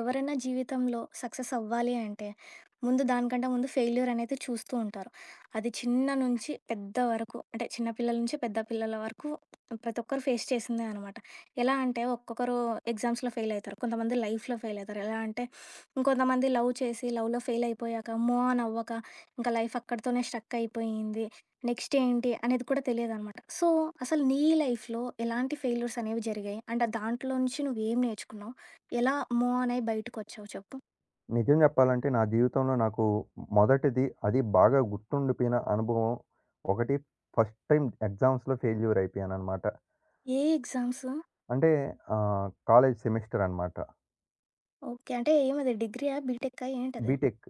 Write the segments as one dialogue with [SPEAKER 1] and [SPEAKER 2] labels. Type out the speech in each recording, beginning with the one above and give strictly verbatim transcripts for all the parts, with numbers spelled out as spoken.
[SPEAKER 1] ఎవరైనా జీవితంలో సక్సెస్ అవ్వాలి అంటే ముందు దానికంటే ముందు ఫెయిల్యూర్ అనేది చూస్తూ ఉంటారు. అది చిన్న నుంచి పెద్ద వరకు అంటే చిన్న పిల్లల నుంచి పెద్ద పిల్లల వరకు ప్రతి ఒక్కరు ఫేస్ చేసిందే అనమాట. ఎలా అంటే ఒక్కొక్కరు ఎగ్జామ్స్‌లో ఫెయిల్ అవుతారు. కొంతమంది లైఫ్‌లో ఫెయిల్ అవుతారు. ఎలా అంటే ఇంకొంతమంది లవ్ చేసి లవ్‌లో ఫెయిల్ అయిపోయాక మూవ్ ఆన్ అవ్వక ఇంకా లైఫ్ అక్కడితోనే స్ట్రక్ అయిపోయింది. నెక్స్ట్ ఏంటి అనేది కూడా తెలియదనమాట. సో, అసలు నీ లైఫ్‌లో ఎలాంటి ఫెయిల్యూర్స్ అనేవి జరిగాయి? అంటే దాంట్లో నుంచి నువ్వేం నేర్చుకున్నావు? ఎలా మూవ్ ఆన్ అయ్యి బయటకొచ్చావు చెప్పు?
[SPEAKER 2] నిజం చెప్పాలంటే నా జీవితంలో నాకు మొదటిది, అది బాగా గుర్తుండిపోయిన అనుభవం ఒకటి, ఫస్ట్ టైం ఎగ్జామ్స్‌లో ఫెయిల్యూర్ అయిపోయాననమాట.
[SPEAKER 1] ఏ ఎగ్జామ్స్?
[SPEAKER 2] అంటే ఆహ్, కాలేజ్ సెమిస్టర్ అనమాట.
[SPEAKER 1] ఓకే. అంటే ఏమది డిగ్రీయా? బీటెక్కా? ఏంటది?
[SPEAKER 2] BTech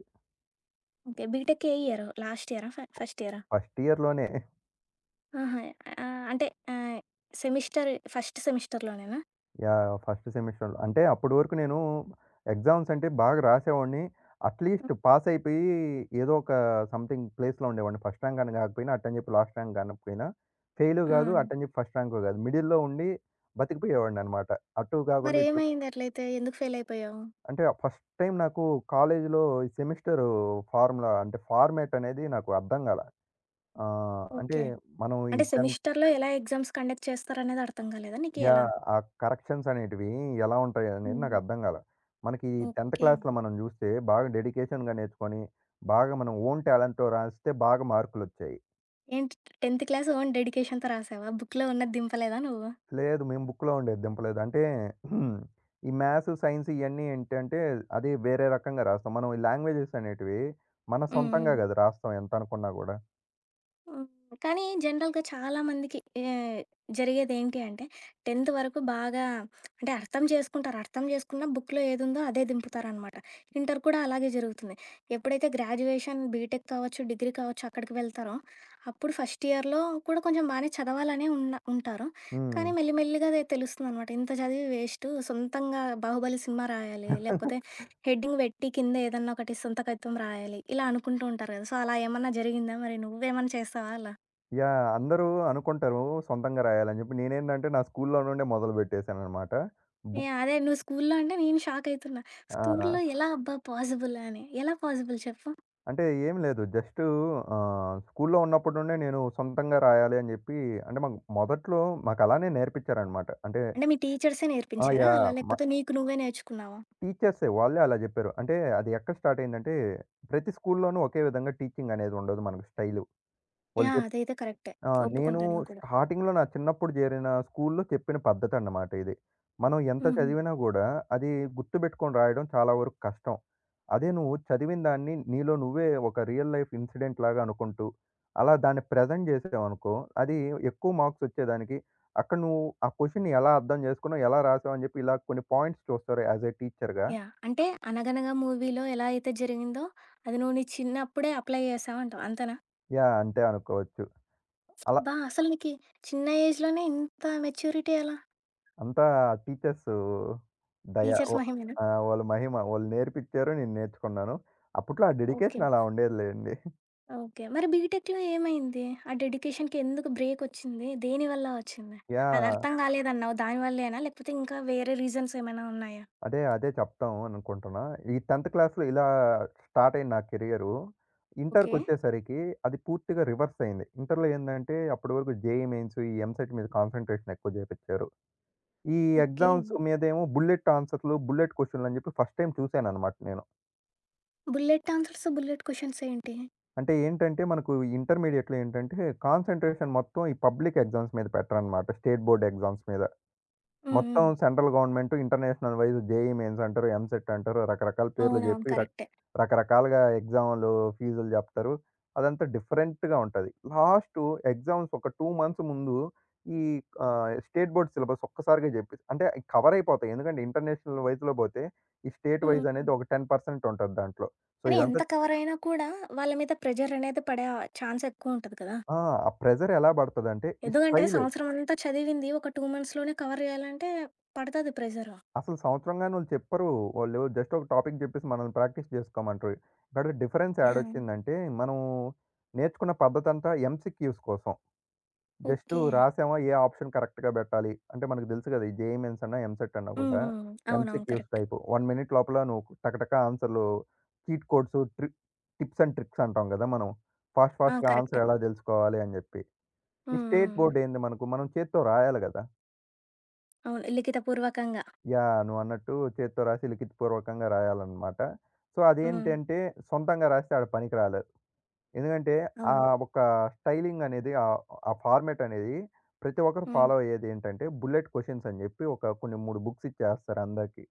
[SPEAKER 1] okay. బీటెక్ ఏ ఇయర్? లాస్ట్ ఇయరా? ఫ ఫస్ట్ ఇయరా?
[SPEAKER 2] ఫస్ట్ ఇయర్‌లోనే.
[SPEAKER 1] ఆహా! ఆహ్, అంటే ఆహ్, సెమిస్టర్ ఫస్ట్ సెమిస్టర్‌లోనేనా?
[SPEAKER 2] యాహ్, ఫస్ట్ సెమిస్టర్‌లో. అంటే అప్పటి వరకు నేను ఎగ్జామ్స్ అంటే బాగా రాసేవాడిని. అట్‌లీస్ట్ పాస్ అయిపోయి ఏదో ఒక సంథింగ్ ప్లేస్‌లో ఉండేవాడిని. ఫస్ట్ ర్యాంక్ అని కాకపోయినా, అట్టని చెప్పి లాస్ట్ ర్యాంక్ కానకపోయినా, ఫెయిలు
[SPEAKER 1] ఆ!
[SPEAKER 2] కాదు, అట్టని చెప్పి ఫస్ట్ ర్యాంకు కాదు, మిడిల్‌లో ఉండి బతికిపోయేవాడిననమాట. అటు కాకుండా ఇటు.
[SPEAKER 1] మరేమైంది అట్లయితే? ఎందుకు ఫెయిల్ అయిపోయావు?
[SPEAKER 2] అంటే ఫస్ట్ టైం నాకు కాలేజీలో ఈ సెమిస్టర్ ఫార్ములా అంటే ఫార్మాట్ అనేది నాకు అర్థం కాల. ఆహ్, అంటే
[SPEAKER 1] ఓకే.
[SPEAKER 2] మనం ఈ
[SPEAKER 1] అంటే
[SPEAKER 2] 10థ్.
[SPEAKER 1] సెమిస్టర్‌లో ఎలా ఎగ్జామ్స్ కండక్ట్ చేస్తారనేది అర్థం కాలేదా నీకు ఎలా?
[SPEAKER 2] యాహ్, ఆ కరెక్షన్స్ అనేటివి ఎలా ఉంటాయి అనేది
[SPEAKER 1] హ్మ్.
[SPEAKER 2] నాకు అర్థం కాల. మనకి ఈ 10థ్
[SPEAKER 1] ఓకే.
[SPEAKER 2] క్లాస్‌లో మనం చూస్తే బాగా డెడికేషన్‌గా నేర్చుకొని, బాగా మనం ఓన్ టాలెంట్‌తో రాస్తే బాగా మార్కులొచ్చాయి.
[SPEAKER 1] ఏంటి పదో క్లాస్ ఓన్ డెడికేషన్‌తో రాసావా? బుక్‌లో ఉన్నది దింపలేదా నువ్వు?
[SPEAKER 2] లేదు, మేము బుక్‌లో ఉండేది దింపలేదు. అంటే ఈ మ్యాథ్స్, సైన్స్ ఇయన్నీ ఏంటంటే, అది వేరే రకంగా రాస్తాం. మనం ఈ లాంగ్వేజెస్ అనేటివి మన
[SPEAKER 1] హ్మ్. హ్మ్.
[SPEAKER 2] సొంతంగా కాదు రాస్తాం ఎంత అనుకున్నా కూడా.
[SPEAKER 1] హ్మ్. కానీ జనరల్‌గా చాలా మందికి ఆహ్, జరిగేదేంటి అంటే పదో వరకు బాగా అంటే అర్థం చేసుకుంటారు. అర్థం చేసుకున్న బుక్‌లో ఏదుందో అదే దింపుతారనమాట. ఇంటర్ కూడా అలాగే జరుగుతుంది. ఎప్పుడైతే గ్రాడ్యుయేషన్, బీటెక్ కావచ్చు, డిగ్రీ కావచ్చు అక్కడికి వెళ్తారో అప్పుడు ఫస్ట్ ఇయర్‌లో కూడా కొంచెం బానే చదవాలనే ఉన్న ఉంటారు.
[SPEAKER 2] హ్మ్.
[SPEAKER 1] కానీ మెల్లిమెల్లిగా అదే తెలుస్తుందనమాట. ఇంత చదివి వేస్టు సొంతంగా 'బాహుబలి' సినిమా రాయాలి, లేకపోతే హెడ్డింగ్ పెట్టి కింద ఏదన్నా ఒకటి సంతకైతం రాయాలి. ఇలా అనుకుంటూ ఉంటారు కదా! సో, అలా ఏమన్నా జరిగిందా? మరి నువ్వేమన్నా చేస్తావా అలా?
[SPEAKER 2] యాహ్, అందరూ అనుకుంటారు సొంతంగా రాయాలని జెప్పి. నేనేందంటే నా స్కూల్లో నుండే మొదలుబెట్టేసాననమాట.
[SPEAKER 1] ఏ
[SPEAKER 2] బుక్.
[SPEAKER 1] అదే నువ్వు స్కూల్లో అంటే నేను షాక్ అయితున్నా. స్కూల్లో
[SPEAKER 2] ఆ,
[SPEAKER 1] ఎలా అబ్బా పాజిబుల్ అని. ఎలా పాజిబుల్ చెప్పు?
[SPEAKER 2] అంటే ఏం లేదు. జస్టు ఆహ్, స్కూల్లో ఉన్నప్పటి నుండే నేను సొంతంగా రాయాలి అని జెప్పి. అంటే మాకు మొదట్లో మాకలానే నేర్పించారనమాట. అంటే
[SPEAKER 1] అంటే మీ టీచర్సే
[SPEAKER 2] ఆ,
[SPEAKER 1] నేర్పించారా అలా?
[SPEAKER 2] యాహ్, మ
[SPEAKER 1] లేకపోతే నీకు నువ్వే నేర్చుకున్నావా?
[SPEAKER 2] టీచర్సే, వాళ్ళే అలా జెప్పారు. అంటే అది ఎక్కడ స్టార్ట్ అయిందంటే ప్రతి స్కూల్లోనూ ఒకే విధంగా టీచింగ్ అనేది ఉండదు మనకు, స్టైలు. వాళ్ళు
[SPEAKER 1] యాహ్!
[SPEAKER 2] చెప్
[SPEAKER 1] అదైతే కరెక్టే.
[SPEAKER 2] ఆ! నేను
[SPEAKER 1] ఒప్పుకుంటాను నేను కూడా.
[SPEAKER 2] స్టార్టింగ్‌లో నా చిన్నప్పుడు చేరిన స్కూల్లో చెప్పిన పద్ధతన్నమాట ఇది. మనం ఎంత
[SPEAKER 1] హుహు.
[SPEAKER 2] చదివినా గూడా అది గుర్తుబెట్టుకొని రాయడం చాలా వరకు కష్టం. అదే నువ్వు చదివిన దాన్ని నీలో నువ్వే ఒక రియల్ లైఫ్ ఇన్సిడెంట్ లాగా అనుకుంటూ, అలా దాన్ని ప్రెజెంట్ చేసావనుకో, అది ఎక్కువ మార్క్స్ వచ్చేదానికి. అక్కడ నువ్వు ఆ క్వెషన్‌ని ఎలా అర్థం చేసుకున్నావు, ఎలా రాసావు అని చెప్పి ఇలా కొన్ని పాయింట్స్ చూస్తారు యాస్ ఏ టీచర్‌గా.
[SPEAKER 1] యాహ్! అంటే 'అనగనగా' మూవీలో ఎలా అయితే జరిగిందో అది నువ్వు నీ చిన్నప్పుడే అప్లై చేశావంటావు. అంతేనా?
[SPEAKER 2] యాహ్, అంతే అనుకోవచ్చు. అలా
[SPEAKER 1] అబ్బా! అసలు నీకి చిన్న ఏజ్‌లోనే ఇంత మెచ్యూరిటీ ఎలా?
[SPEAKER 2] అంతా టీచర్సు దయ
[SPEAKER 1] టీచర్స్
[SPEAKER 2] వ
[SPEAKER 1] మహిమేనా?
[SPEAKER 2] ఆహ్, వాళ్ళ మహిమ. వాళ్ళు నేర్పిచ్చారు, నేను నేర్చుకున్నాను. అప్పట్లో ఆ
[SPEAKER 1] ఓకే.
[SPEAKER 2] డెడికేషన్ అలా ఉండేది లేండి.
[SPEAKER 1] ఓకే. మరి బీటెక్‌లో ఏమైంది? ఆ డెడికేషన్‌కి ఎందుకు బ్రేకొచ్చింది? దేని వల్ల వచ్చింది? అది
[SPEAKER 2] యాహ్,
[SPEAKER 1] అర్థం కాలేదన్నావు దాని వల్లేనా? లేకపోతే ఇంకా వేరే రీజన్స్ ఏమైనా ఉన్నాయా?
[SPEAKER 2] అదే, అదే చెప్తాం అనుకుంటున్నా. ఈ 10థ్ క్లాస్‌లో ఇలా స్టార్ట్ అయింది నా కెరియరు.
[SPEAKER 1] ఓకే.
[SPEAKER 2] ఇంటర్‌కొచ్చేసరికి అది పూర్తిగా రివర్స్ అయింది. ఇంటర్‌లో ఏందంటే అప్పటి వరకు జేఈఈ మెయిన్స్, ఈ ఎంసెట్ మీద కాన్సంట్రేషన్ ఎక్కువ చేపిచ్చారు. ఈ
[SPEAKER 1] ఓకే.
[SPEAKER 2] ఎగ్జామ్స్ మీదేమో బుల్లెట్ ఆన్సర్‌లు, బుల్లెట్ క్వెషన్‌లు అని చెప్పి ఫస్ట్ టైమ్ చూసానన్నమాట నేను.
[SPEAKER 1] బుల్లెట్ ఆన్సర్స్, బుల్లెట్ క్వెషన్స్ ఏంటి?
[SPEAKER 2] అంటే ఏంటంటే, మనకు ఇంటర్మీడియేట్‌లో ఏంటంటే, కాన్సంట్రేషన్ మొత్తం ఈ పబ్లిక్ ఎగ్జామ్స్ మీద పెట్టరనమాట, స్టేట్ బోర్డ్ ఎగ్జామ్స్ మీద.
[SPEAKER 1] హ్మ్. హ్మ్.
[SPEAKER 2] మొత్తం central government international wise JEE mains అంటారు, ఎంసెట్ అంటారు, రకరకాల పేర్లు
[SPEAKER 1] అవునవును.
[SPEAKER 2] జెప్పి రక్
[SPEAKER 1] కరెక్టే.
[SPEAKER 2] రకరకాలుగా ఎగ్జామ్‌లు, ఫీజులు జెప్తారు. అదంతా డిఫరెంట్‌గా ఉంటది. లాస్టు ఎగ్జామ్స్ ఒక రెండు మంత్స్ ముందు ఈ ఆహ్, స్టేట్ బోర్డ్ సిలబస్ ఒక్కసారిగా జెప్పి అంటే కవర్ అయిపోతాయి. ఎందుకంటే, ఇంటర్నేషనల్ వైస్‌లో బోతే, ఈ స్టేట్ వైస్
[SPEAKER 1] హ్మ్.
[SPEAKER 2] అనేది ఒక పది శాతం ఉంటది దాంట్లో. సో,
[SPEAKER 1] కానీ
[SPEAKER 2] ఇదంతా.
[SPEAKER 1] ఎంత కవరైనా కూడా వాళ్ళ మీద ప్రెషర్ అనేది పడే ఛాన్స్ ఎక్కువుంటది కదా!
[SPEAKER 2] ఆ, ఆ ప్రెషర్ ఎలా పడతదంటే, ఈ
[SPEAKER 1] ఎందుకంటే
[SPEAKER 2] స్టైల్.
[SPEAKER 1] సంవత్సరం అంతా చదివింది ఒక రెండు మంత్స్‌లోనే కవర్ చేయాలంటే పడతది ప్రెషరు.
[SPEAKER 2] అసలు సంవత్సరంగాని ఓళ్ళు చెప్పరు. వాళ్ళు జస్ట్ ఒక టాపిక్ జెప్పేసి మనల్ని ప్రాక్టీస్ జేసుకోమంటారు. ఇక్కడ డిఫరెన్స్ హ్మ్.
[SPEAKER 1] యాహ్!
[SPEAKER 2] యాడొచ్చిందంటే, మనం నేర్చుకున్న పద్ధతంతా ఎంసీక్యూస్ కోసం. Just
[SPEAKER 1] okay.
[SPEAKER 2] రాసామా ఏ ఆప్షన్ కరెక్ట్‌గా బెట్టాలి. అంటే మనకు దెలుసు గదా! ఈ జేఈఈ మెయిన్స్ అన్నా, ఎంసెట్ అన్నా
[SPEAKER 1] హ్మ్.
[SPEAKER 2] గూడా
[SPEAKER 1] హ్మ్. అవునవును.
[SPEAKER 2] MCQs
[SPEAKER 1] correct.
[SPEAKER 2] టైపు. ఒక మినిట్ లోపల నువ్వు టకటక ఆన్సర్‌లు, చీట్ కోడ్స్, ట్రి టిప్స్ అండ్ ట్రిక్స్ అంటాం గదా మనం. ఫాస్ట్
[SPEAKER 1] ఆ!
[SPEAKER 2] ఫాస్ట్‌గా
[SPEAKER 1] కరెక్టే.
[SPEAKER 2] ఆన్సర్ ఎలా దెలుసుకోవాలి అని జెప్పి. ఈ
[SPEAKER 1] హ్మ్.
[SPEAKER 2] స్టేట్
[SPEAKER 1] హ్మ్.
[SPEAKER 2] బోర్డ్ ఏంది మనకు, మనం చేత్తో రాయాలి గదా!
[SPEAKER 1] అవును. లిఖితపూర్వకంగా.
[SPEAKER 2] యాహ్, నువ్వన్నట్టు చేత్తో రాసి లిఖితపూర్వకంగా రాయాలనమాట. సో,
[SPEAKER 1] హ్మ్.
[SPEAKER 2] అదేంటంటే సొంతంగా రాస్తే ఆడ పనికి రాలేదు. ఎందుకంటే ఆ
[SPEAKER 1] అవును.
[SPEAKER 2] ఒక స్టైలింగ్ అనేది, ఆహ్, ఆ ఫార్మాట్ అనేది ప్రతి ఒక్కరు
[SPEAKER 1] హ్మ్.
[SPEAKER 2] ఫాలో అయ్యేదేంటంటే బుల్లెట్ క్వెషన్స్ అని జెప్పి ఒక కొన్ని మూడు బుక్స్ ఇచ్చేస్తారు అందరికి.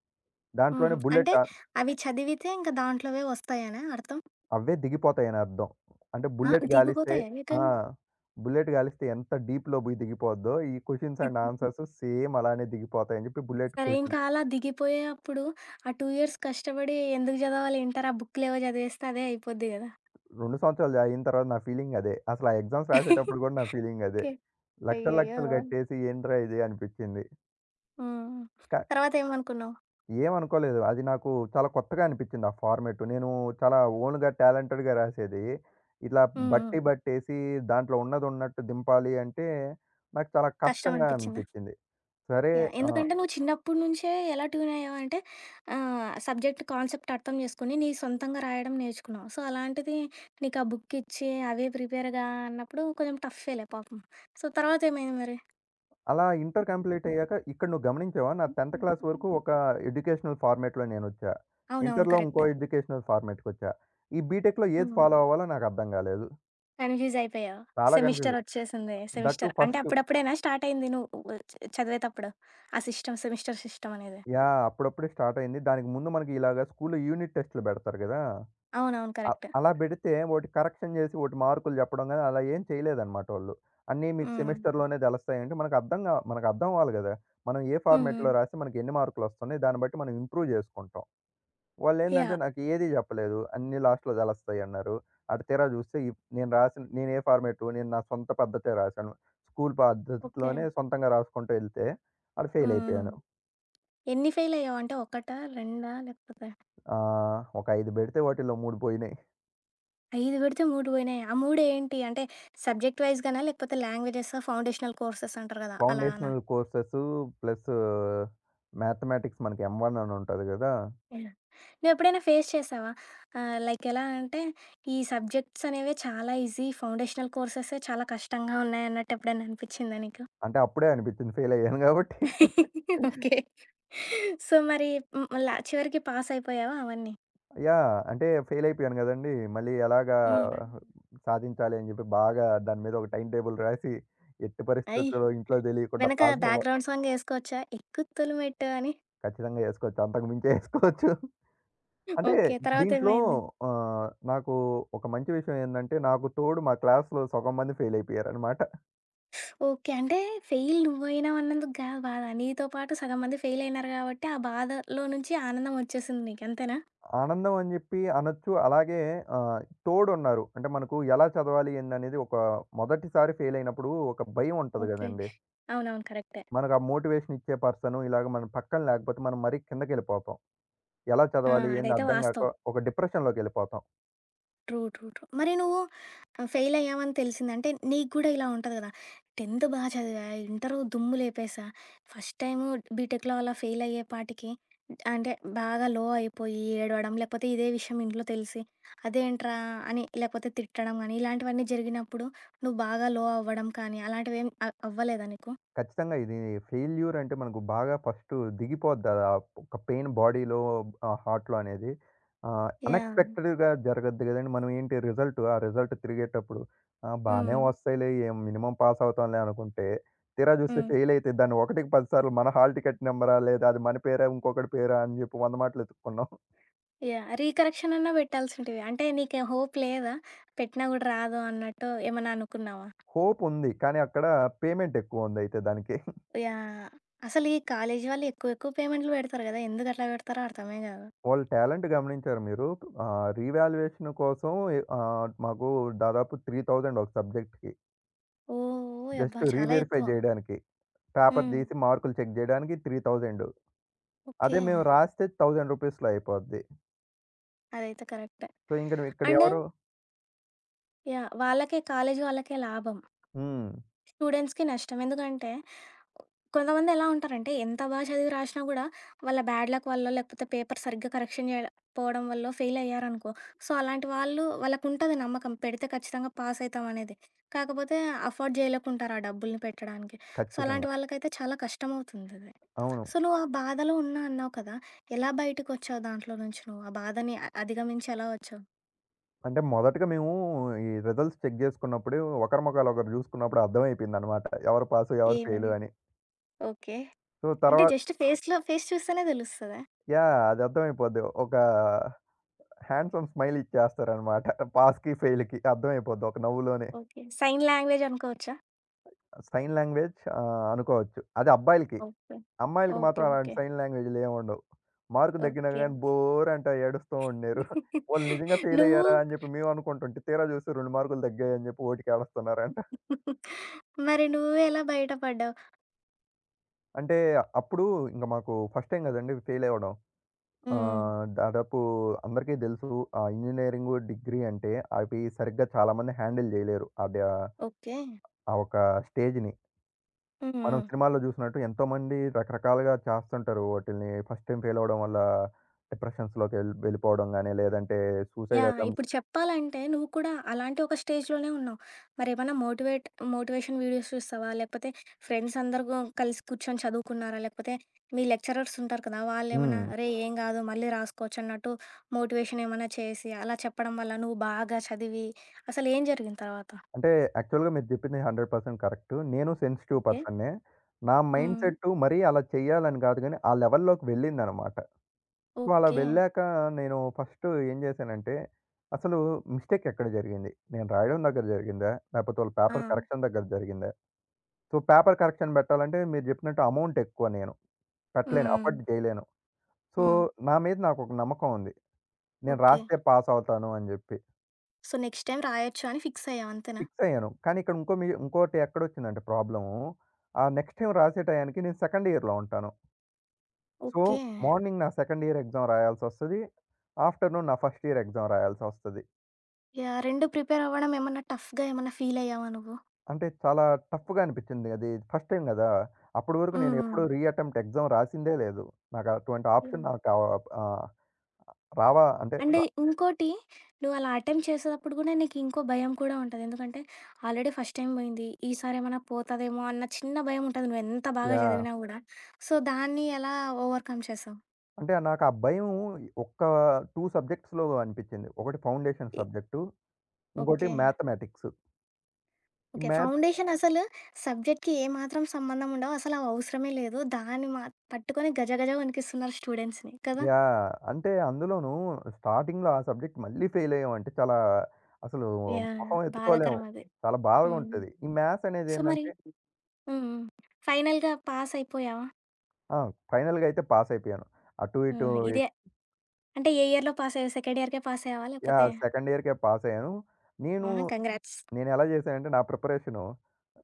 [SPEAKER 1] హుహు.
[SPEAKER 2] దాంట్లోనే
[SPEAKER 1] అంటే
[SPEAKER 2] బుల్లెట్ ఆ
[SPEAKER 1] అవి చదివితే ఇంక దాంట్లోవే వస్తాయనా అర్థం?
[SPEAKER 2] అవే దిగిపోతాయని అర్థం. అంటే
[SPEAKER 1] ఆ!
[SPEAKER 2] బుల్లెట్ గాలిస్తే.
[SPEAKER 1] దిగిపోతాయా
[SPEAKER 2] ఆ!
[SPEAKER 1] ఏకంగా?
[SPEAKER 2] బుల్లెట్ గాలిస్తే ఎంత డీప్‌లో పోయి దిగిపోద్దో ఈ క్వెషన్స్ అండ్ ఆన్సర్స్ సేమ్ అలానే దిగిపోతాయని జెప్పి బుల్లెట్
[SPEAKER 1] సరే ఇంకా
[SPEAKER 2] క్వెషన్స్.
[SPEAKER 1] అలా దిగిపోయేప్పుడు ఆ రెండు ఇయర్స్ కష్టపడి ఎందుకు చదవాలి ఇంటర్ ఆ బుక్‌లేవో చదివేస్తే అదే అయిపోద్ది గదా!
[SPEAKER 2] రెండు సంవత్సరాలు అయిన తర్వాత నా ఫీలింగ్ అదే. అసలు ఆ ఎగ్జామ్స్ రాసేటప్పుడు గూడా నా ఫీలింగ్ అదే.
[SPEAKER 1] ఓకే.
[SPEAKER 2] లక్షలు
[SPEAKER 1] అయ్యయ్యో!
[SPEAKER 2] లక్షలు గట్టేసి ఏంట్రా ఇది అనిపిచ్చింది.
[SPEAKER 1] హ్మ్.
[SPEAKER 2] క
[SPEAKER 1] తర్వాత ఏమనుకున్నావు?
[SPEAKER 2] ఏమనుకోలేదు. అది నాకు చాలా కొత్తగా అనిపిచ్చింది ఆ ఫార్మాట్. నేను చాలా ఓన్‌గా టాలెంటెడ్‌గా రాసేది. ఇట్లా
[SPEAKER 1] హ్మ్. హ్మ్.
[SPEAKER 2] బట్టి బట్టేసి దాంట్లో ఉన్నదున్నట్టు దింపాలి అంటే నాకు చాలా
[SPEAKER 1] కష్టం
[SPEAKER 2] కష్టంగా
[SPEAKER 1] అనిపిచ్చిందా?
[SPEAKER 2] అనిపిచ్చింది. సరే.
[SPEAKER 1] యాహ్!
[SPEAKER 2] ఆ!
[SPEAKER 1] ఎందుకంటే నువ్వు చిన్నప్పటి నుంచే ఎలా ట్యూన్ అయ్యావంటే ఆహ్, సబ్జెక్ట్ కాన్సెప్ట్ అర్థం చేసుకొని నీ సొంతంగా రాయడం నేర్చుకున్నావు. సో, అలాంటిది నీకు ఆ బుక్ ఇచ్చి అవే ప్రిపేర్ గా అన్నప్పుడు కొంచెం టఫ్ఫేలే పాపం. సో, తర్వాత ఏమైంది మరి?
[SPEAKER 2] అలా ఇంటర్ కంప్లీట్ అయ్యాక ఇక్కడ నువ్వు గమనించావా? నా 10థ్ క్లాస్ వరకు ఒక ఎడ్యుకేషనల్ ఫార్మాట్‌లో నేనొచ్చా.
[SPEAKER 1] అవునవును.
[SPEAKER 2] ఇంటర్‌లో
[SPEAKER 1] కరెక్ట్.
[SPEAKER 2] ఇంకో ఎడ్యుకేషనల్ ఫార్మాట్‌కొచ్చా. ఈ బీటెక్‌లో ఏది
[SPEAKER 1] హ్మ్.
[SPEAKER 2] ఫాలో అవ్వాలో నాకర్థం గాలేదు.
[SPEAKER 1] కన్‌ఫ్యూజ్ అయిపోయావు.
[SPEAKER 2] చాలా
[SPEAKER 1] సెమిస్టర్
[SPEAKER 2] కన్‌ఫ్యూజ్.
[SPEAKER 1] వచ్చేసింది.
[SPEAKER 2] దట్ టూ
[SPEAKER 1] సెమిస్టర్ అంటే
[SPEAKER 2] ఫస్ట్.
[SPEAKER 1] అప్పుడప్పుడేనా స్టార్ట్ అయింది నువ్వు చ చదివేతప్పుడు? ఆ సిస్టమ్ సెమిస్టర్ సిస్టమ్ అనేది.
[SPEAKER 2] యాహ్, అప్పుడప్పుడే స్టార్ట్ అయింది. దానికి ముందు మనకి ఇలాగ స్కూల్‌లో యూనిట్ టెస్ట్‌లు బెడతారు గదా!
[SPEAKER 1] అవునవును.
[SPEAKER 2] అ
[SPEAKER 1] కరెక్ట్.
[SPEAKER 2] అలా బెడితే వోటి కరెక్షన్ జేసి వోటి మార్కులు జెప్పడం గాని అలా ఏం చేయలేదన్నమాట వాళ్ళు. అన్నీ మీకు
[SPEAKER 1] హ్మ్.
[SPEAKER 2] సెమిస్టర్‌లోనే దెలుస్తాయంటే మనకర్థం గా మనకర్థం అవ్వాలి గదా! మనం ఏ
[SPEAKER 1] హ్మ్. హ్మ్.
[SPEAKER 2] ఫార్మాట్‌లో రాస్తే మనకెన్ని మార్కులొస్తున్నాయి, దాన్ని బట్టి మనం ఇంప్రూవ్ జేసుకుంటాం. వాళ్ళేందంటే
[SPEAKER 1] యాహ్!
[SPEAKER 2] నాకు ఏది జెప్పలేదు, అన్నీ లాస్ట్‌లో తెలుస్తాయన్నారు. అటు తీరా జూస్తే ఇప్ నేను రాసిన నేను ఏ ఫార్మాటు నేను నా సొంత పద్ధతే రాశాను. School
[SPEAKER 1] okay.
[SPEAKER 2] పద్ధతిలోనే సొంతంగా రాసుకుంటూ ఎళ్తే ఆడ ఫెయిల్
[SPEAKER 1] హ్మ్. హ్మ్.
[SPEAKER 2] అయిపోయాను.
[SPEAKER 1] ఎన్ని ఫెయిలయ్యావు? అంటే ఒకటా? రెండా? లేకపోతే
[SPEAKER 2] ఆహ్, ఒక ఐదు బెడితే వాటిల్లో మూడు పోయినాయి.
[SPEAKER 1] ఐదు పెడితే మూడు పోయినాయా? ఆ మూడు ఏంటి? అంటే సబ్జెక్ట్ వైస్‌గానా? లేకపోతే లాంగ్వేజెస్, ఫౌండేషనల్ కోర్సెస్ అంటారు కదా! అలానా?
[SPEAKER 2] ఫౌండేషనల్ కోర్సెస్ ప్లస్ మ్యాథమెటిక్స్ మనకి ఎం-వన్ అని ఉంటది గదా!
[SPEAKER 1] యాహ్! నువ్వెప్పుడైనా ఫేస్ చేశావా? ఆహ్, లైక్ ఎలా అంటే ఈ సబ్జెక్ట్స్ అనేవే చాలా ఈజీ, ఫౌండేషనల్ కోర్సెసే చాలా కష్టంగా ఉన్నాయన్నట్టు ఎప్పుడైనా అనిపిచ్చిందా నీకు?
[SPEAKER 2] అంటే అప్పుడే అనిపించింది ఫెయిల్ అయ్యాను గాబట్టి.
[SPEAKER 1] ఓకే. సో, మరి హ్మ్. లా చివరికి పాసయిపోయావా అవన్నీ?
[SPEAKER 2] యాహ్, అంటే ఫెయిల్ అయిపోయాను గదండీ! మళ్ళీ ఎలాగా
[SPEAKER 1] హ్మ్.
[SPEAKER 2] సాధించాలి అని జెప్పి బాగా దాని మీద ఒక టైమ్ టేబుల్ రాసి, ఎట్టి
[SPEAKER 1] అయ్!
[SPEAKER 2] పరిస్థితుల్లో ఇంట్లో దెలియకుండా
[SPEAKER 1] వెనక
[SPEAKER 2] పాస్ అవ్వ.
[SPEAKER 1] బ్యాక్‌గ్రౌండ్ సాంగ్ ఏసుకోవచ్చా? ఎక్కు తొలి మెట్టు అని?
[SPEAKER 2] ఖచ్చితంగా యేసుకోవచ్చు, అంతకు మించే యేసుకోవచ్చు. అంటే
[SPEAKER 1] ఓకే.
[SPEAKER 2] దీంట్లో
[SPEAKER 1] తర్వాతేమైంది?
[SPEAKER 2] ఆహ్, నాకు ఒక మంచి విషయం ఏందంటే, నాకు తోడు మా క్లాస్‌లో సగం మంది ఫెయిల్ అయిపోయారనమాట.
[SPEAKER 1] ఓకే. అంటే ఫెయిల్ నువ్వయినావన్నందుకు గాదు బాధ. నీతో పాటు సగం మంది ఫెయిల్ అయినారు గాబట్టి, ఆ బాధలో నుంచి ఆనందం ఒచ్చేసింది నీకు. అంతేనా?
[SPEAKER 2] ఆనందం అని జెప్పి అనొచ్చు. అలాగే ఆహ్, తోడున్నారు. అంటే మనకు ఎలా చదవాలి ఏందనేది ఒక. మొదటిసారి ఫెయిల్ అయినప్పుడు ఒక భయం ఉంటది
[SPEAKER 1] ఓకే.
[SPEAKER 2] గదండీ!
[SPEAKER 1] అవునవును. కరెక్టే.
[SPEAKER 2] మనకు ఆ మోటివేషన్ ఇచ్చే పర్సన్ ఇలాగ మన పక్కన లేకపోతే మనం మరీ కిందకెళ్ళిపోతాం. ఎలా
[SPEAKER 1] ఆ!
[SPEAKER 2] చదవాలి ఏంది
[SPEAKER 1] అదైతే
[SPEAKER 2] అర్థం
[SPEAKER 1] వాస్తవం.
[SPEAKER 2] గాక ఒక డిప్రెషన్‌లోకెళ్ళిపోతాం.
[SPEAKER 1] ట్రూ. ట్రూ. ట్రూ. మరి నువ్వు ఆహ్, ఫెయిల్ అయ్యావని తెలిసింది. అంటే నీకు గూడా ఇలా ఉంటది గదా! పదో బా చదివా, ఇంటరు దుమ్ము లేపేసా, ఫస్ట్ టైము బీటెక్‌లో అలా ఫెయిల్ అయ్యే పాటికి అంటే బాగా లో అయిపోయి ఏడవడం, లేకపోతే ఇదే విషయం ఇంట్లో తెలిసి అదేంట్రా అని లేకపోతే తిట్టడం గానీ, ఇలాంటివన్నీ జరిగినప్పుడు నువ్వు బాగా లో అవ్వడం కానీ, అలాంటివేం అ అవ్వలేదా నీకు?
[SPEAKER 2] ఖచ్చితంగా ఇది ఫెయిల్యూర్ అంటే మనకు బాగా ఫస్టు దిగిపోద్ది అది, ఆ ఒక పెయిన్ బాడీలో, ఆహ్, హార్ట్‌లో అనేది. ఆహ్,
[SPEAKER 1] యాహ్!
[SPEAKER 2] అన్‌ఎక్స్‌పెక్టెడ్‌గా జరగద్ది గదండీ! మనం ఏంటి రిజల్ట్, ఆ రిజల్ట్ తిరిగేటప్పుడు ఆహ్, బానే
[SPEAKER 1] హ్మ్.
[SPEAKER 2] వస్తాయిలే, ఏం మినిమమ్ పాస్ అవుతాంలే అనుకుంటే, తీరా చూస్తే
[SPEAKER 1] హ్మ్.
[SPEAKER 2] ఫెయిల్ అయితే దాన్ని ఒకటికి పది సార్లు మన హాల్ టికెట్ నంబరా? లేదా అది మన పేరా? ఇంకొకడి పేరా? అని జెప్పి వంద మాటలు ఎతుక్కున్నాం.
[SPEAKER 1] యాహ్! రీకరెక్షన్ అన్నా పెట్టాల్సుంటివి. అంటే నీకు హోప్ లేదా? పెట్టినా గూడా రాదు అన్నట్టు ఏమన్నా అనుకున్నావా?
[SPEAKER 2] హోప్ ఉంది, కానీ అక్కడ పేమెంట్ ఎక్కువుందయితే దానికి.
[SPEAKER 1] యాహ్! అసలు ఈ కాలేజీ వాళ్ళు ఎక్కువ ఎక్కువ పేమెంట్లు పెడతారు గదా! ఎందుకు అట్లా పెడతారో అర్థమే గాదు.
[SPEAKER 2] వాళ్ళ టాలెంట్ గమనించారా మీరు? ఆహ్, రీవాల్యుయేషన్ కోసం ఎ ఆహ్, మాకు దాదాపు మూడు వేలు ఒక సబ్జెక్ట్‌కి,
[SPEAKER 1] ఓహ్! యబ్బా!
[SPEAKER 2] జస్ట్
[SPEAKER 1] చాలా
[SPEAKER 2] రీవెరిఫై
[SPEAKER 1] ఎక్కువ.
[SPEAKER 2] జేయడానికి, పేపర్
[SPEAKER 1] హ్మ్.
[SPEAKER 2] తీసి మార్కులు చెక్ జేయడానికి మూడు వేలు.
[SPEAKER 1] ఓకే.
[SPEAKER 2] అదే మేము రాస్తే వెయ్యి రూపీస్‌లో అయిపోద్ది.
[SPEAKER 1] అదైతే కరెక్టే.
[SPEAKER 2] సో, ఇంక ఇక్కడ
[SPEAKER 1] అండ్
[SPEAKER 2] ఎవరు.
[SPEAKER 1] యాహ్! వాళ్ళకే కాలేజీ వాళ్ళకే లాభం.
[SPEAKER 2] హ్మ్.
[SPEAKER 1] స్టూడెంట్స్‌కి నష్టం. ఎందుకంటే కొంతమంది ఎలా ఉంటారంటే, ఎంత బాగా చదివి రాసినా గూడా, వాళ్ళ బ్యాడ్ లక్ వల్లో, లేకపోతే పేపర్ సరిగ్గా కరెక్షన్ చేయకపోవడం వల్లో ఫెయిలయ్యారనుకో, సో, అలాంటి వాళ్ళు వాళ్ళకుంటది నమ్మకం. పెడితే ఖచ్చితంగా పాసయితామనేది. కాకపోతే అఫోర్డ్ చేయలేకుంటారు ఆ డబ్బుల్ని పెట్టడానికి. సో, అలాంటి
[SPEAKER 2] ఖచ్చితంగా.
[SPEAKER 1] వాళ్ళకైతే చాలా కష్టమవుతుందది.
[SPEAKER 2] అవును.
[SPEAKER 1] సో, నువ్వు ఆ బాధలో ఉన్నా అన్నావు కదా! ఎలా బయటకొచ్చావు దాంట్లో నుంచి నువ్వు? ఆ బాధని అ అధిగమించి ఎలా వచ్చావు?
[SPEAKER 2] అంటే మొదటగా మేము ఈ రిజల్ట్స్ చెక్ జేసుకున్నప్పుడే ఒకరి మొఖాలు ఒకరు జూసుకున్నప్పుడు అర్థమైపోయిందనమాట, ఎవరు పాసు, ఎవరు
[SPEAKER 1] ఏమని?
[SPEAKER 2] ఫెయిలు అని.
[SPEAKER 1] ఓకే.
[SPEAKER 2] సో,
[SPEAKER 1] అంటే
[SPEAKER 2] తర్వా
[SPEAKER 1] జస్ట్ ఫేస్‌లో ఫేస్ చూస్తేనే తెలుస్తదా?
[SPEAKER 2] యాహ్, అది అర్థమైపోద్ది. ఒక హ్యాండ్సమ్ స్మైల్ ఇచ్చేస్తారనమాట. పాస్‌కి, ఫెయిల్‌కి అర్థమైపోద్ది ఒక నవ్వులోనే.
[SPEAKER 1] ఓకే. సైన్ లాంగ్వేజ్ అనుకోవచ్చా?
[SPEAKER 2] సైన్ లాంగ్వేజ్ ఆహ్, అనుకోవచ్చు. అది అబ్బాయిలకి.
[SPEAKER 1] ఓకే.
[SPEAKER 2] అమ్మాయిలకి
[SPEAKER 1] ఓకే.
[SPEAKER 2] మాత్రం
[SPEAKER 1] ఓకే.
[SPEAKER 2] అలాంటి సైన్ లాంగ్వేజ్‌లు ఏముండవు. మార్క్ తగ్గినా
[SPEAKER 1] ఓకే.
[SPEAKER 2] గాని బోర్ అంట ఏడుస్తూ ఉండేరు. వాళ్ళు నిజంగా ఫెయిల్
[SPEAKER 1] నువ్వు
[SPEAKER 2] అయ్యారా అని చెప్పి మేము అనుకుంటుంటే తీరా చూస్తే రెండు మార్కులు తగ్గాయని చెప్పి ఓటికేడుస్తున్నారంట.
[SPEAKER 1] మరి నువ్వెలా బయటపడ్డావు?
[SPEAKER 2] అంటే అప్పుడు. ఇంక మాకు ఫస్ట్ టైమ్ కదండీ ఫెయిల్ అవ్వడం.
[SPEAKER 1] హ్మ్.
[SPEAKER 2] ఆహ్, దాదాపు అందరికీ దెలుసు ఆ ఇంజినీరింగు, డిగ్రీ అంటే అవి సరిగ్గా చాలామంది హ్యాండిల్ జేయలేరు అదా ఆ
[SPEAKER 1] ఓకే.
[SPEAKER 2] ఆ ఒక స్టేజ్‌ని.
[SPEAKER 1] హ్మ్.
[SPEAKER 2] మనం
[SPEAKER 1] హ్మ్.
[SPEAKER 2] సినిమాల్లో జూసినట్టు ఎంతోమంది రకరకాలుగా చేస్తుంటారు. వాటిల్ని ఫస్ట్ టైమ్ ఫెయిల్ అవ్వడం వల్ల డిప్రెషన్స్‌లోకి ఎళ్ వెళ్ళిపోవడం గాని, లేదంటే సూసైడ్
[SPEAKER 1] యాహ్!
[SPEAKER 2] అటెంప్ట్స్.
[SPEAKER 1] ఇప్పుడు చెప్పాలంటే నువ్వు కూడా అలాంటి ఒక స్టేజ్‌లోనే ఉన్నావు. మరేమన్నా మోటివేట్ మోటివేషన్ వీడియోస్ చూస్తావా? లేకపోతే ఫ్రెండ్స్ అందరూ గు కలిసి కూర్చొని చదువుకున్నారా? లేకపోతే మీ లెక్చరర్స్ ఉంటారు కదా! వాళ్ళేమన్నా
[SPEAKER 2] హ్మ్.
[SPEAKER 1] "అరేయ్! ఏం గాదు మళ్ళీ రాసుకోవచ్చు" అన్నట్టు మోటివేషన్ ఏమన్నా చేసి అలా చెప్పడం వల్ల నువ్వు బాగా చదివి అసలేం జరిగిన తర్వాత?
[SPEAKER 2] అంటే యాక్చువల్‌గా మీరు జెప్పింది నూరు శాతం కరెక్టు. నేను సెన్సిటివ్
[SPEAKER 1] ఓకే.
[SPEAKER 2] పర్సన్‌నే. నా
[SPEAKER 1] హ్మ్.
[SPEAKER 2] మైండ్‌సెట్టు మరీ అలా చేయాలని గాదు గానీ, ఆ లెవెల్‌లోకి వెళ్ళిందనమాట. సో, అలా
[SPEAKER 1] ఓకే.
[SPEAKER 2] వెళ్ళాక నేను ఫస్ట్ ఏం జేశానంటే, అసలు మిస్టేక్ ఎక్కడ జరిగింది? నేను రాయడం దగ్గర జరిగిందా? లేపోతే వాళ్ళ
[SPEAKER 1] ఆ!
[SPEAKER 2] పేపర్ కరెక్షన్ దగ్గర జరిగిందా? సో, పేపర్ కరెక్షన్ బెట్టాలంటే మీరు జెప్పినట్టు అమౌంట్ ఎక్కువ, నేను పెట్టలేను,
[SPEAKER 1] హ్మ్.
[SPEAKER 2] అఫర్డ్ జేయలేను. సో,
[SPEAKER 1] హ్మ్.
[SPEAKER 2] నా మీద నాకొక నమ్మకం ఉంది, నేను
[SPEAKER 1] ఓకే.
[SPEAKER 2] రాస్తే పాస్ అవుతాను అని జెప్పి.
[SPEAKER 1] సో, నెక్స్ట్ టైమ్ రాయొచ్చు అని ఫిక్స్ అయ్యావు అంతేనా?
[SPEAKER 2] ఫిక్స్ అయ్యాను. కానీ ఇక్కడ ఇంకో మీ ఇంకోటి ఎక్కడొచ్చిందంటే ప్రాబ్లము. ఆ నెక్స్ట్ టైమ్ రాసే టయానికి నేను సెకండ్ ఇయర్‌లో ఉంటాను. So,
[SPEAKER 1] okay.
[SPEAKER 2] మార్నింగ్ నా సెకండ్ ఇయర్ ఎగ్జామ్ రాయాల్సొస్తది, ఆఫ్టర్‌నూన్ నా ఫస్ట్ ఇయర్ ఎగ్జామ్ రాయాల్సొస్తది.
[SPEAKER 1] యాహ్! రెండు ప్రిపేర్ అవ్వడం ఏమన్నా టఫ్‌గా ఏమన్నా ఫీల్ అయ్యావా నువ్వు?
[SPEAKER 2] అంటే చాలా టఫ్‌గా అనిపిచ్చింది. అది ఫస్ట్ టైమ్ గదా! అప్పటి వరకు
[SPEAKER 1] హ్మ్.
[SPEAKER 2] నేను
[SPEAKER 1] హ్మ్.
[SPEAKER 2] ఎప్పుడూ రీ అటెంప్ట్ ఎగ్జామ్ రాసిందే లేదు. నాకు అటువంటి
[SPEAKER 1] యాహ్!
[SPEAKER 2] ఆప్షన్ నాకు ఆహ్, ఆహ్, రావా అంటే
[SPEAKER 1] అండ్
[SPEAKER 2] ర
[SPEAKER 1] ఇంకోటి నువ్వు అలా అటెంప్ట్ చేసేటప్పుడు కూడా నీకు ఇంకో భయం కూడా ఉంటది. ఎందుకంటే ఆల్రెడీ ఫస్ట్ టైమ్ పోయింది. ఈసారి ఏమైనా పోతదేమో అన్న చిన్న భయం ఉంటది. నువ్వు ఎంత బాగా
[SPEAKER 2] యాహ్,
[SPEAKER 1] చదివినా కూడా. సో, దాన్ని ఎలా ఓవర్‌కమ్ చేసావు?
[SPEAKER 2] అంటే నాకు ఆ భయం ఒక్క రెండు సబ్జెక్ట్స్‌లో అనిపిచ్చింది. ఒకటి ఫౌండేషన్
[SPEAKER 1] ఎ
[SPEAKER 2] సబ్జెక్టు, ఇంకోటి
[SPEAKER 1] ఓకే.
[SPEAKER 2] మ్యాథమెటిక్స్. ఈ
[SPEAKER 1] ఓకే.
[SPEAKER 2] మ్యాథ్
[SPEAKER 1] ఫౌండేషన్ అసలు సబ్జెక్ట్‌కి ఏమాత్రం సంబంధం ఉండవు. అసలు అవి అవసరమే లేదు. దాన్ని మా పట్టుకొని గజ గజ వణికిస్తున్నారు స్టూడెంట్స్‌ని కదా!
[SPEAKER 2] యాహ్, అంటే అందులోనూ స్టార్టింగ్‌లో ఆ సబ్జెక్ట్ మళ్ళీ ఫెయిల్ అయ్యామంటే చాలా, అసలు
[SPEAKER 1] యాహ్! యాహ్!
[SPEAKER 2] మొహం ఎత్తుకోలేము.
[SPEAKER 1] బాధాకరం అది.
[SPEAKER 2] చాలా బాధగా
[SPEAKER 1] హ్మ్.
[SPEAKER 2] ఉంటది. ఈ మ్యాథ్స్
[SPEAKER 1] సో, మరి
[SPEAKER 2] అనేదేందంటే.
[SPEAKER 1] హ్మ్. హ్మ్. ఫైనల్‌గా పాస్ అయిపోయావా?
[SPEAKER 2] ఆ! ఫైనల్‌గా అయితే పాస్ అయిపోయాను. అటు ఇటు.
[SPEAKER 1] ఆహా! ఇదే అంటే ఏ ఇయర్‌లో పాస్ అయ్యావు? సెకండ్ ఇయర్‌కే పాస్ అయ్యావా? లేకపోతే
[SPEAKER 2] యాహ్, సెకండ్ ఇయర్‌కే పాసయ్యాను. నేను
[SPEAKER 1] ఆహా! కంగ్రాట్స్.
[SPEAKER 2] నేనెలా జేశానంటే, నా ప్రిపరేషను,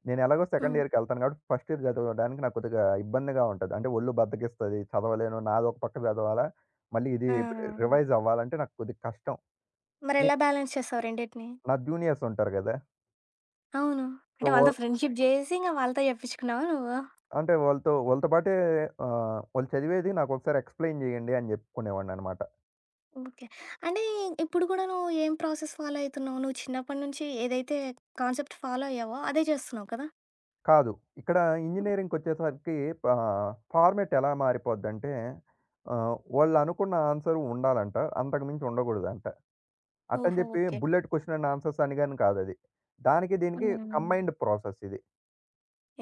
[SPEAKER 2] నేనెలాగో సెకండ్
[SPEAKER 1] హ్మ్.
[SPEAKER 2] ఇయర్‌కెళ్తాను కాబట్టి ఫస్ట్ ఇయర్ చదవడానికి నాకు కొద్దిగా ఇబ్బందిగా ఉంటది. అంటే ఒళ్ళు బద్దకిస్తది, చదవలేను. నాదొక పక్క చదవాలా, మళ్ళీ ఇది
[SPEAKER 1] ఆ!
[SPEAKER 2] రివైజ్ అవ్వాలంటే నాకు కొద్దిగా కష్టం. నే
[SPEAKER 1] మరెలా బ్యాలెన్స్ చేసావు రెండిటిని?
[SPEAKER 2] నా జూనియర్స్ ఉంటారు గదా!
[SPEAKER 1] అవును.
[SPEAKER 2] సో,
[SPEAKER 1] అంటే
[SPEAKER 2] వా
[SPEAKER 1] వాళ్ళతో ఫ్రెండ్‌షిప్ జేసి, ఇంక వాళ్ళతో జెప్పించుకున్నావా నువ్వు?
[SPEAKER 2] అంటే వాళ్ళతో వాళ్ళతో పాటే ఆహ్, వాళ్ళు చదివేది నాకొకసారి ఎక్స్‌ప్లెయిన్ జేయండి అని జెప్పుకునేవాడిననమాట.
[SPEAKER 1] ఓకే. అంటే ఇప్పుడు కూడా నువ్వు ఏం ప్రాసెస్ ఫాలో అయితున్నావు? నువ్వు చిన్నప్పటి నుంచి ఏదైతే కాన్సెప్ట్ ఫాలో అయ్యావో అదే చేస్తున్నావు కదా?
[SPEAKER 2] కాదు. ఇక్కడ
[SPEAKER 1] హ్మ్.
[SPEAKER 2] ఇంజినీరింగ్‌కి వచ్చేసరికి ఆహ్, ఫార్మాట్ ఎలా మారిపోద్దంటే ఆహ్, వాళ్ళు అనుకున్న ఆన్సర్ ఉండాలంట, అంతకు మించి ఉండకూడదంట. అట్టని
[SPEAKER 1] ఓహో!
[SPEAKER 2] చెప్పి
[SPEAKER 1] okay.
[SPEAKER 2] Bullet question and answers అని గాని కాదది. దానికి దీనికి
[SPEAKER 1] హ్మ్.
[SPEAKER 2] కంబైన్డ్ ప్రాసెస్ ఇది.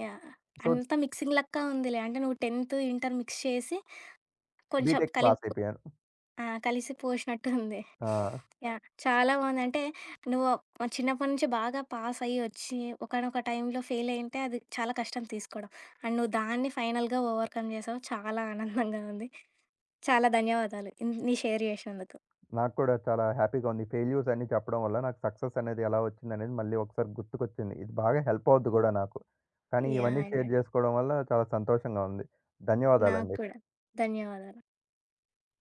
[SPEAKER 1] యాహ్!
[SPEAKER 2] సో,
[SPEAKER 1] అంతా మిక్సింగ్ లెక్క ఉందిలే. అంటే నువ్వు పదో, ఇంటర్ మిక్స్ చేసి కొంచెం
[SPEAKER 2] బీటెక్
[SPEAKER 1] కలిపి
[SPEAKER 2] పాస్ అయిపోయాను.
[SPEAKER 1] ఆ! కలిసి పోసినట్టు ఉంది.
[SPEAKER 2] ఆ!
[SPEAKER 1] యాహ్! చాలా బావుంది. అంటే నువ్వు ఆ చిన్నప్పటి నుంచి బాగా పాస్ అయ్యి వచ్చి ఒకానొక టైంలో ఫెయిల్ అయ్యుంటే అది చాలా కష్టం తీసుకోవడం. అండ్ నువ్వు దాన్ని ఫైనల్‌గా ఓవర్‌కమ్ చేసావు. చాలా ఆనందంగా ఉంది. చాలా ధన్యవాదాలు. ఇన్ నీ షేర్ చేసినందుకు.
[SPEAKER 2] నాకు కూడా చాలా హ్యాపీగా ఉంది. ఫెయిల్యూర్స్ అన్నీ చెప్పడం వల్ల నాకు సక్సెస్ అనేది ఎలా వచ్చిందనేది మళ్ళీ ఒకసారి గుర్తుకొచ్చింది. ఇది బాగా హెల్ప్ అవుద్ది
[SPEAKER 1] హ్మ్.
[SPEAKER 2] కూడా నాకు. కానీ
[SPEAKER 1] యాహ్!
[SPEAKER 2] ఇవన్నీ షేర్
[SPEAKER 1] యాహ్!
[SPEAKER 2] చేసుకోవడం వల్ల చాలా సంతోషంగా ఉంది.
[SPEAKER 1] నాకు
[SPEAKER 2] ధన్యవాదాలండి.
[SPEAKER 1] కూడా. ధన్యవాదాలు.